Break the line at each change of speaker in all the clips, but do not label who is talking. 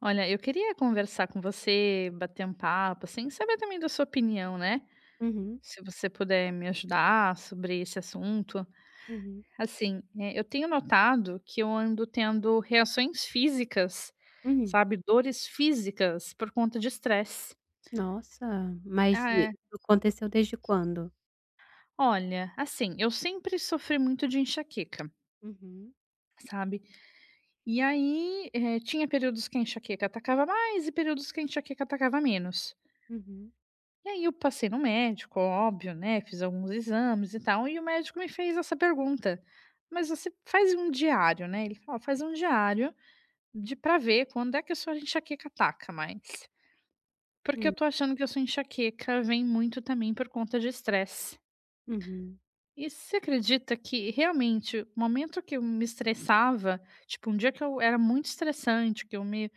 Olha, eu queria conversar com você, bater um papo, assim, saber também da sua opinião, né?
Uhum,
Se você puder me ajudar sobre esse assunto.
uhum,
Assim, eu tenho notado que eu ando tendo reações físicas,
uhum.
sabe? Dores físicas por conta de estresse.
Nossa, mas
Ah,
e
é,
aconteceu desde quando?
olha, assim, eu sempre sofri muito de enxaqueca,
Uhum,
sabe? E aí, tinha períodos que a enxaqueca atacava mais e períodos que a enxaqueca atacava menos.
uhum,
E aí eu passei no médico, óbvio, né, fiz alguns exames e tal, e o médico me fez essa pergunta: "Mas você faz um diário, né?" Ele falou: "Ó, faz um diário de para ver quando é que a sua enxaqueca ataca mais, porque eu
hum,
tô achando que a sua enxaqueca vem muito também por conta de estresse."
uhum,
E você acredita que realmente o momento que eu me estressava, tipo, um dia que eu era muito estressante, que eu me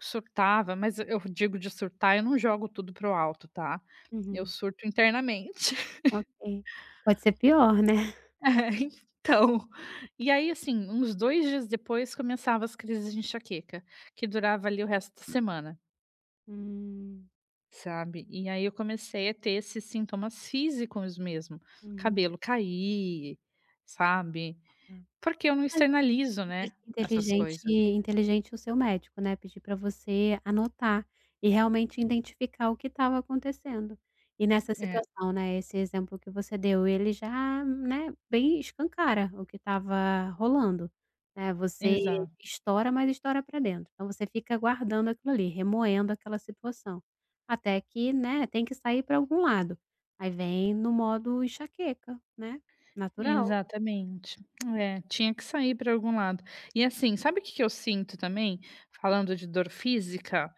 surtava, mas eu digo de surtar, eu não jogo tudo pro alto, tá? Eu
uhum.
surto internamente.
Ok. Pode ser pior, né?
Então, e aí, assim, uns 2 dias depois começava as crises de enxaqueca, que durava ali o resto da semana,
Hum,
sabe. E aí eu comecei a ter esses sintomas físicos mesmo,
uhum,
cabelo cair, sabe,
tá.
porque eu não
Mas
externalizo,
inte
né, essas
inteligente
coisas.
inteligente o seu médico, né, pedir para você anotar e realmente identificar o que estava acontecendo. E nessa
É,
situação, né, esse exemplo que você deu, ele já, né, bem escancara o que estava rolando, né, você
exato,
estoura, mas estoura para dentro. Então você fica guardando aquilo ali, remoendo aquela situação, até que, né, tem que sair para algum lado. Aí vem no modo enxaqueca, né, natural.
exatamente. É, tinha
Hum.
que sair para algum lado. E assim, sabe o que que eu sinto também, falando de dor física?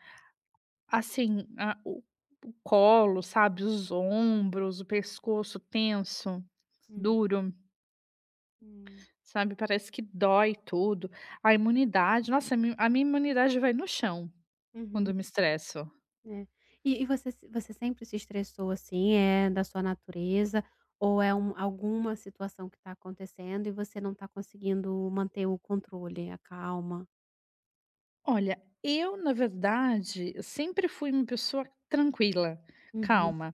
Assim, a o colo, sabe, os ombros, o pescoço tenso,
Uhum.
duro,
Hum,
sabe, parece que dói tudo. A imunidade nossa, a minha imunidade vai no chão quando
uhum.
eu me estresso.
É. E você se você sempre se estressou assim? É da sua natureza ou é um alguma situação que está acontecendo e você não está conseguindo manter o controle, a calma?
Olha, eu na verdade, eu sempre fui uma pessoa tranquila,
Uhum.
calma.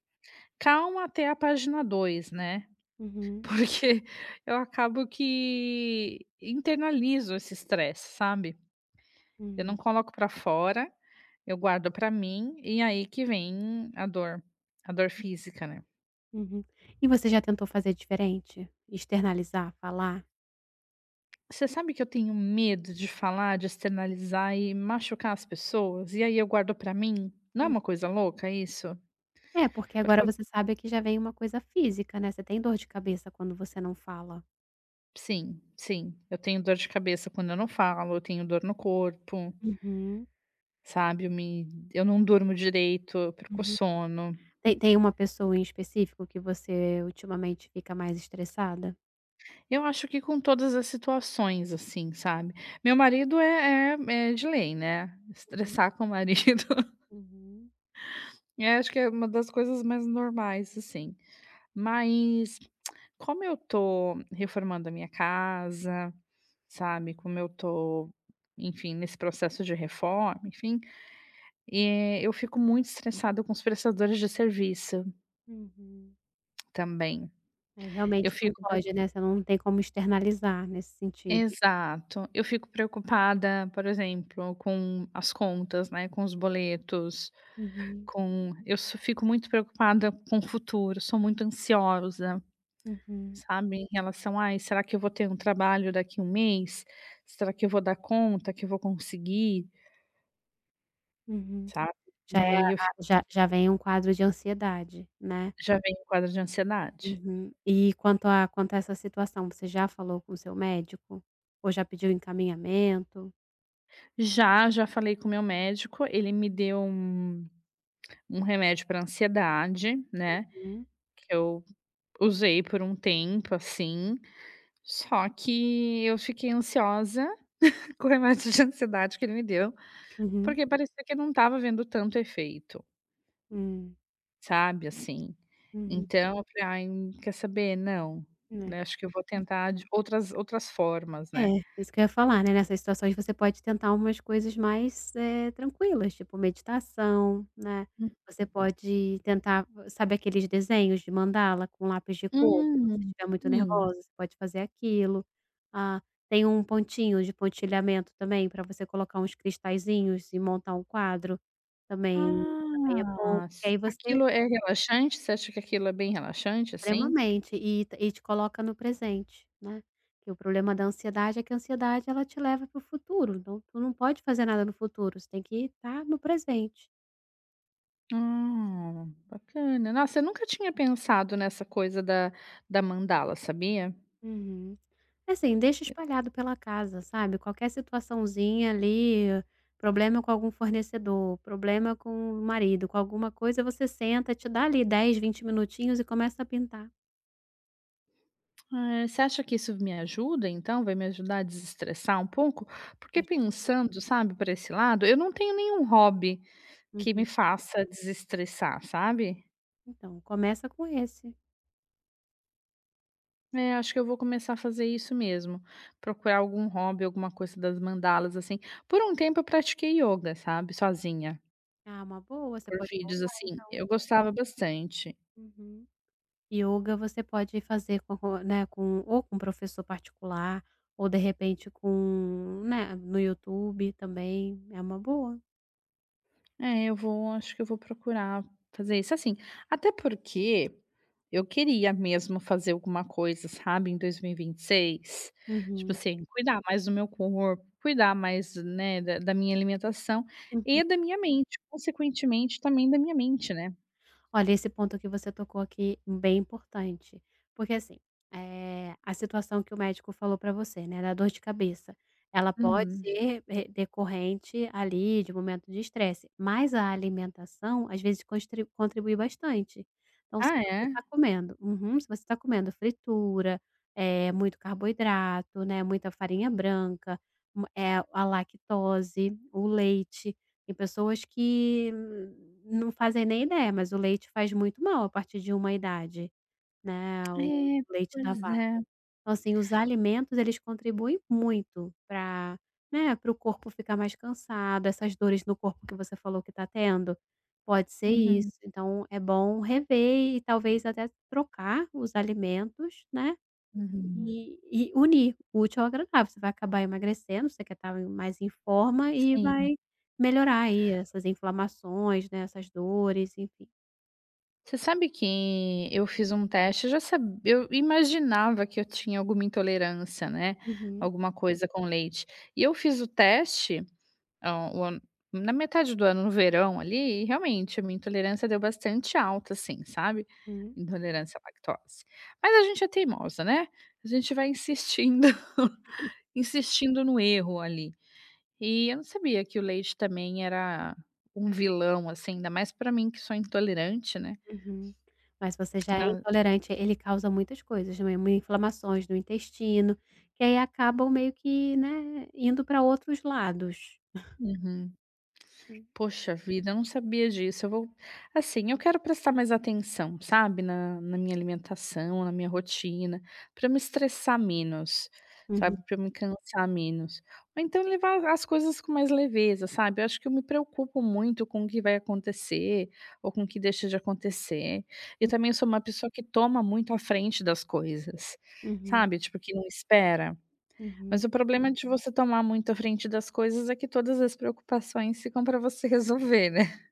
Calma até a página dois, né,
Uhum.
porque eu acabo que internalizo esse estresse, sabe. Eu
Uhum.
não coloco pra fora. Eu guardo pra mim, e aí que vem a dor física, né.
Uhum. E você já tentou fazer diferente? Externalizar, falar?
Você sabe que eu tenho medo de falar, de externalizar e machucar as pessoas, e aí eu guardo pra mim? Não é
Hum.
uma coisa louca isso?
É, porque agora
Porque eu
você sabe que já vem uma coisa física, né, você tem dor de cabeça quando você não fala.
Sim, sim, eu tenho dor de cabeça quando eu não falo, eu tenho dor no corpo,
Uhum.
sabe, eu não durmo direito, eu perco
Uhum.
sono.
Tem uma pessoa em específico que você ultimamente fica mais estressada?
Eu acho que com todas as situações, assim, sabe. Meu marido é de lei, né,
Uhum,
estressar com o marido,
uhum,
é, acho que é uma das coisas mais normais, assim. Mas como eu tô reformando a minha casa, sabe, como eu tô, enfim, nesse processo de reforma, enfim, e eu fico muito estressada com os prestadores de serviço
uhum.
também.
Aí
Eu
realmente não
fico
pode,
preocu
né, você não tem como externalizar nesse sentido.
Exato. Eu fico preocupada, por exemplo, com as contas, né, com os boletos,
Uhum,
com eu so fico muito preocupada com o futuro, sou muito ansiosa.
uhum,
Sabe, em relação: "Ai, será que eu vou ter um trabalho daqui um mês? Será que eu vou dar conta? Que eu vou conseguir?",
uhum.
sabe.
Já
E
é a
aí eu fico
já já vem um quadro de ansiedade, né?
Já vem o quadro de ansiedade.
Uhum. E quanto a essa situação, você já falou com o seu médico? Ou já pediu encaminhamento?
Já, já falei com o meu médico, ele me deu um um remédio para ansiedade, né,
Uhum,
que eu usei por um tempo, assim, só que eu fiquei ansiosa com o remédio de ansiedade que ele me deu,
uhum,
porque parecia que não estava vendo tanto efeito,
hum,
sabe, assim.
uhum,
Então eu falei: "Ai, quer saber? Não,
né.
né, acho que eu vou tentar de outras formas, né".
É, isso que eu ia falar, né, nessas situações você pode tentar umas coisas mais, tranquilas, tipo meditação, né, você pode tentar sabe aqueles desenhos de mandala com lápis de cor? Quando você
Hum,
estiver muito
sim.
nervosa, você pode fazer aquilo. Ah, tem um pontinho de pontilhamento também para você colocar uns cristalzinhos e montar um quadro, também também é bom,
Ah,
porque
s
aí você
Aquilo é relaxante? Você acha que aquilo é bem relaxante, assim?
extremamente, e te coloca no presente, né, que o problema da ansiedade é que a ansiedade ela te leva para o futuro, então tu não pode fazer nada no futuro, você tem que estar no presente.
Ah, bacana. Nossa, eu nunca tinha pensado nessa coisa da mandala, sabia?
Uhum. Assim, deixa espalhado pela casa, sabe, qualquer situaçãozinha ali, problema com algum fornecedor, problema com o marido, com alguma coisa, você senta, te dá ali 10, 20 minutinhos e começa a pintar.
Eh, você acha que isso me ajuda então? Vai me ajudar a desestressar um pouco? Porque
Acho que sim.
pensando, sabe, por esse lado, eu não tenho nenhum hobby que me
Uhum.
faça desestressar, sabe.
Então, começa com esse.
É, acho que eu vou começar a fazer isso mesmo, procurar algum hobby, alguma coisa das mandalas, assim. Por um tempo eu pratiquei yoga, sabe, sozinha,
Ah, uma boa, você
por
pode
vídeos,
voltar
assim,
então.
eu gostava bastante.
Uhum. Yoga você pode fazer com né, com ou com um professor particular, ou de repente com né, no YouTube também, é uma boa.
É, eu vou, acho que eu vou procurar fazer isso, assim, até porque eu queria mesmo fazer alguma coisa, sabe, em dois mil e vinte e seis, tipo
Uhum.
assim, cuidar mais do meu corpo, cuidar mais, né, da minha alimentação e da minha mente, consequentemente, também da minha mente, né.
Olha, esse ponto que você tocou aqui, bem importante. Porque assim, a situação que o médico falou para você, né, da dor de cabeça, ela pode
Uhum.
ser, decorrente ali de momento de estresse, mas a alimentação, às vezes, constri contribui bastante. Então se
Ah,
você
é?
está comendo se você está comendo fritura, muito carboidrato, né, muita farinha branca, a lactose, o leite, tem pessoas que não fazem nem ideia, mas o leite faz muito mal a partir de uma idade, né, o
É,
leite da
pois
vaca.
é.
Então, assim, os alimentos eles contribuem muito para, né, para o corpo ficar mais cansado, essas dores no corpo que você falou que está tendo, pode ser
Uhum,
isso. Então é bom rever e talvez até trocar os alimentos, né,
uhum.
e unir o útil ao agradável, você vai acabar emagrecendo, você quer estar mais em forma e
Sim.
vai melhorar aí essas inflamações, né, essas dores, enfim.
Você sabe que eu fiz um teste, eu já sabia, eu imaginava que eu tinha alguma intolerância, né,
Uhum.
alguma coisa com leite. E eu fiz o teste, o ano na metade do ano, no verão ali, e realmente a minha intolerância deu bastante alta, assim, sabe,
Uhum,
intolerância à lactose. Mas a gente é teimosa, né, a gente vai insistindo, insistindo no erro ali. E eu não sabia que o leite também era um vilão, assim, ainda mais pra mim que sou intolerante, né.
uhum. Mas você já é
na
intolerante, ele causa muitas coisas, né, mu- inflamações no intestino, que aí acabam meio que, né, indo para outros lados.
Uhum.
Sim.
Poxa vida, eu não sabia disso. Eu vou Assim, eu quero prestar mais atenção, sabe, na minha alimentação, na minha rotina, para me estressar menos,
Uhum.
sabe, para me cansar menos. Ou então levar as coisas com mais leveza, sabe. Eu acho que eu me preocupo muito com o que vai acontecer, ou com o que deixa de acontecer. E
Uhum,
também eu sou uma pessoa que toma muito à frente das coisas,
uhum.
sabe, tipo, que não espera.
Uhum.
Mas o problema de você tomar muito à frente das coisas é que todas as preocupações ficam para você resolver, né.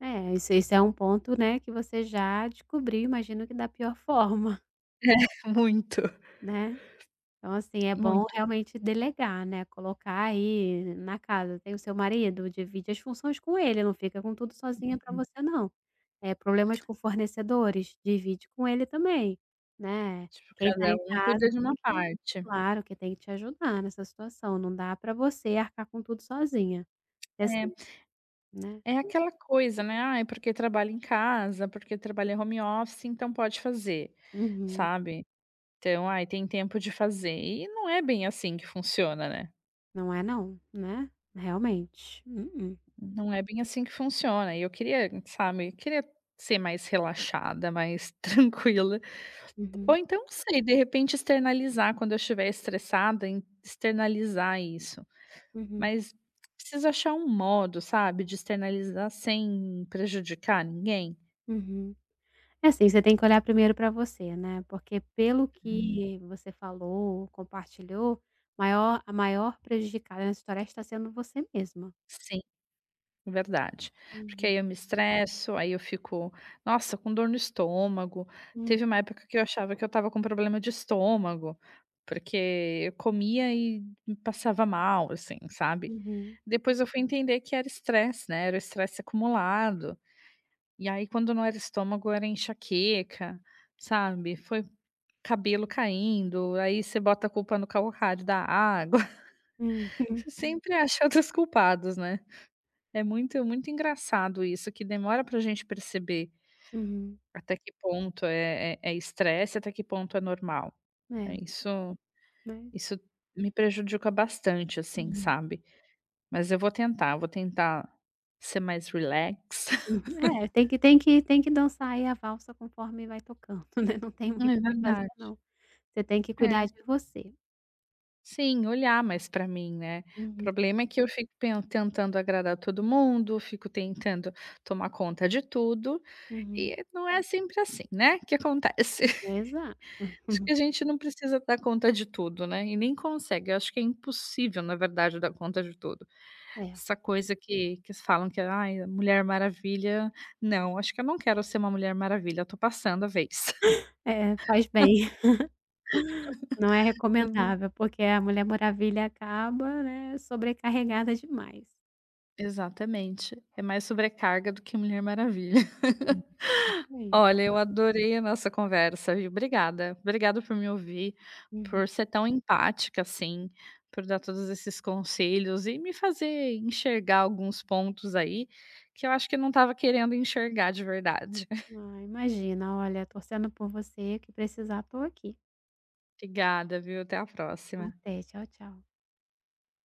É, isso é um ponto, né, que você já descobriu, imagino que da pior forma,
Muito,
né? Então, assim, é bom
muito.
realmente delegar, né, colocar aí na casa, tem o seu marido, divide as funções com ele, não fica com tudo sozinha para você não. É problemas com fornecedores, divide com ele também, né.
Tipo,
Quem tá
cada
em
um
casa
cuida de
tem
uma
que
parte.
claro que tem que te ajudar nessa situação, não dá para você arcar com tudo sozinha. É assim, né.
É, é aquela coisa, né, "Ai, porque trabalha em casa, porque trabalha em home office, então pode fazer",
Uhum.
sabe. Então, "Ai, tem tempo de fazer", e não é bem assim que funciona, né.
Não é não, né, realmente.
Não é bem assim que funciona, e eu queria, sabe, eu queria ser mais relaxada, mais tranquila. Ou
Uhum,
então, não sei, de repente externalizar quando eu estiver estressada, em externalizar isso,
uhum,
mas preciso achar um modo, sabe, de externalizar sem prejudicar ninguém.
uhum. É assim, você tem que olhar primeiro para você, né, porque pelo
Hum.
que você falou, compartilhou, maior prejudicada nessa história está sendo você mesma.
Sim, verdade. Porque
Uhum,
aí eu me estresso, aí eu fico, nossa, com dor no estômago.
hum,
Teve uma época que eu achava que eu estava com problema de estômago, porque eu comia e me passava mal, assim, sabe.
uhum.
Depois eu fui entender que era estresse, né, era o estresse acumulado. E aí quando não era estômago era enxaqueca, sabe, foi cabelo caindo, aí você bota a culpa no calcário da água, você sempre acha outros culpados, né. É muito muito engraçado isso que demora pra gente perceber
Uhum, uhum.
até que ponto é estresse, até que ponto é normal. É
É,
isso
mas
isso me prejudica bastante, assim,
uhum.
sabe. Mas eu vou tentar ser mais relax.
Uhum. É, tem que dançar aí a valsa conforme vai tocando, né, não tem
É
muito o que fazer
verdade.
não. Você tem que cuidar
É.
de você.
Sim, olhar mais para mim, né. O
Uhum,
problema é que eu fico pen tentando agradar todo mundo, fico tentando tomar conta de tudo,
uhum.
e não é sempre assim, né, que acontece.
Exato.
Acho que a gente não precisa dar conta de tudo, né, e nem consegue, eu acho que é impossível, na verdade, dar conta de tudo.
É,
Essa coisa que eles falam que: "Ai, mulher maravilha", não, acho que eu não quero ser uma mulher maravilha, eu tô passando a vez.
faz bem. Não é recomendável, porque a Mulher Maravilha acaba, né, sobrecarregada demais.
Exatamente. É mais sobrecarga do que Mulher Maravilha.
É isso aí.
Olha, eu adorei a nossa conversa, viu. Obrigada. Obrigada por me ouvir,
Uhum.
por ser tão empática, assim, por dar todos esses conselhos e me fazer enxergar alguns pontos aí que eu acho que eu não estava querendo enxergar de verdade.
Ah, imagina, olha, torcendo por você, que precisar tô aqui.
Obrigada, viu. Até a próxima.
Até, tchau, tchau.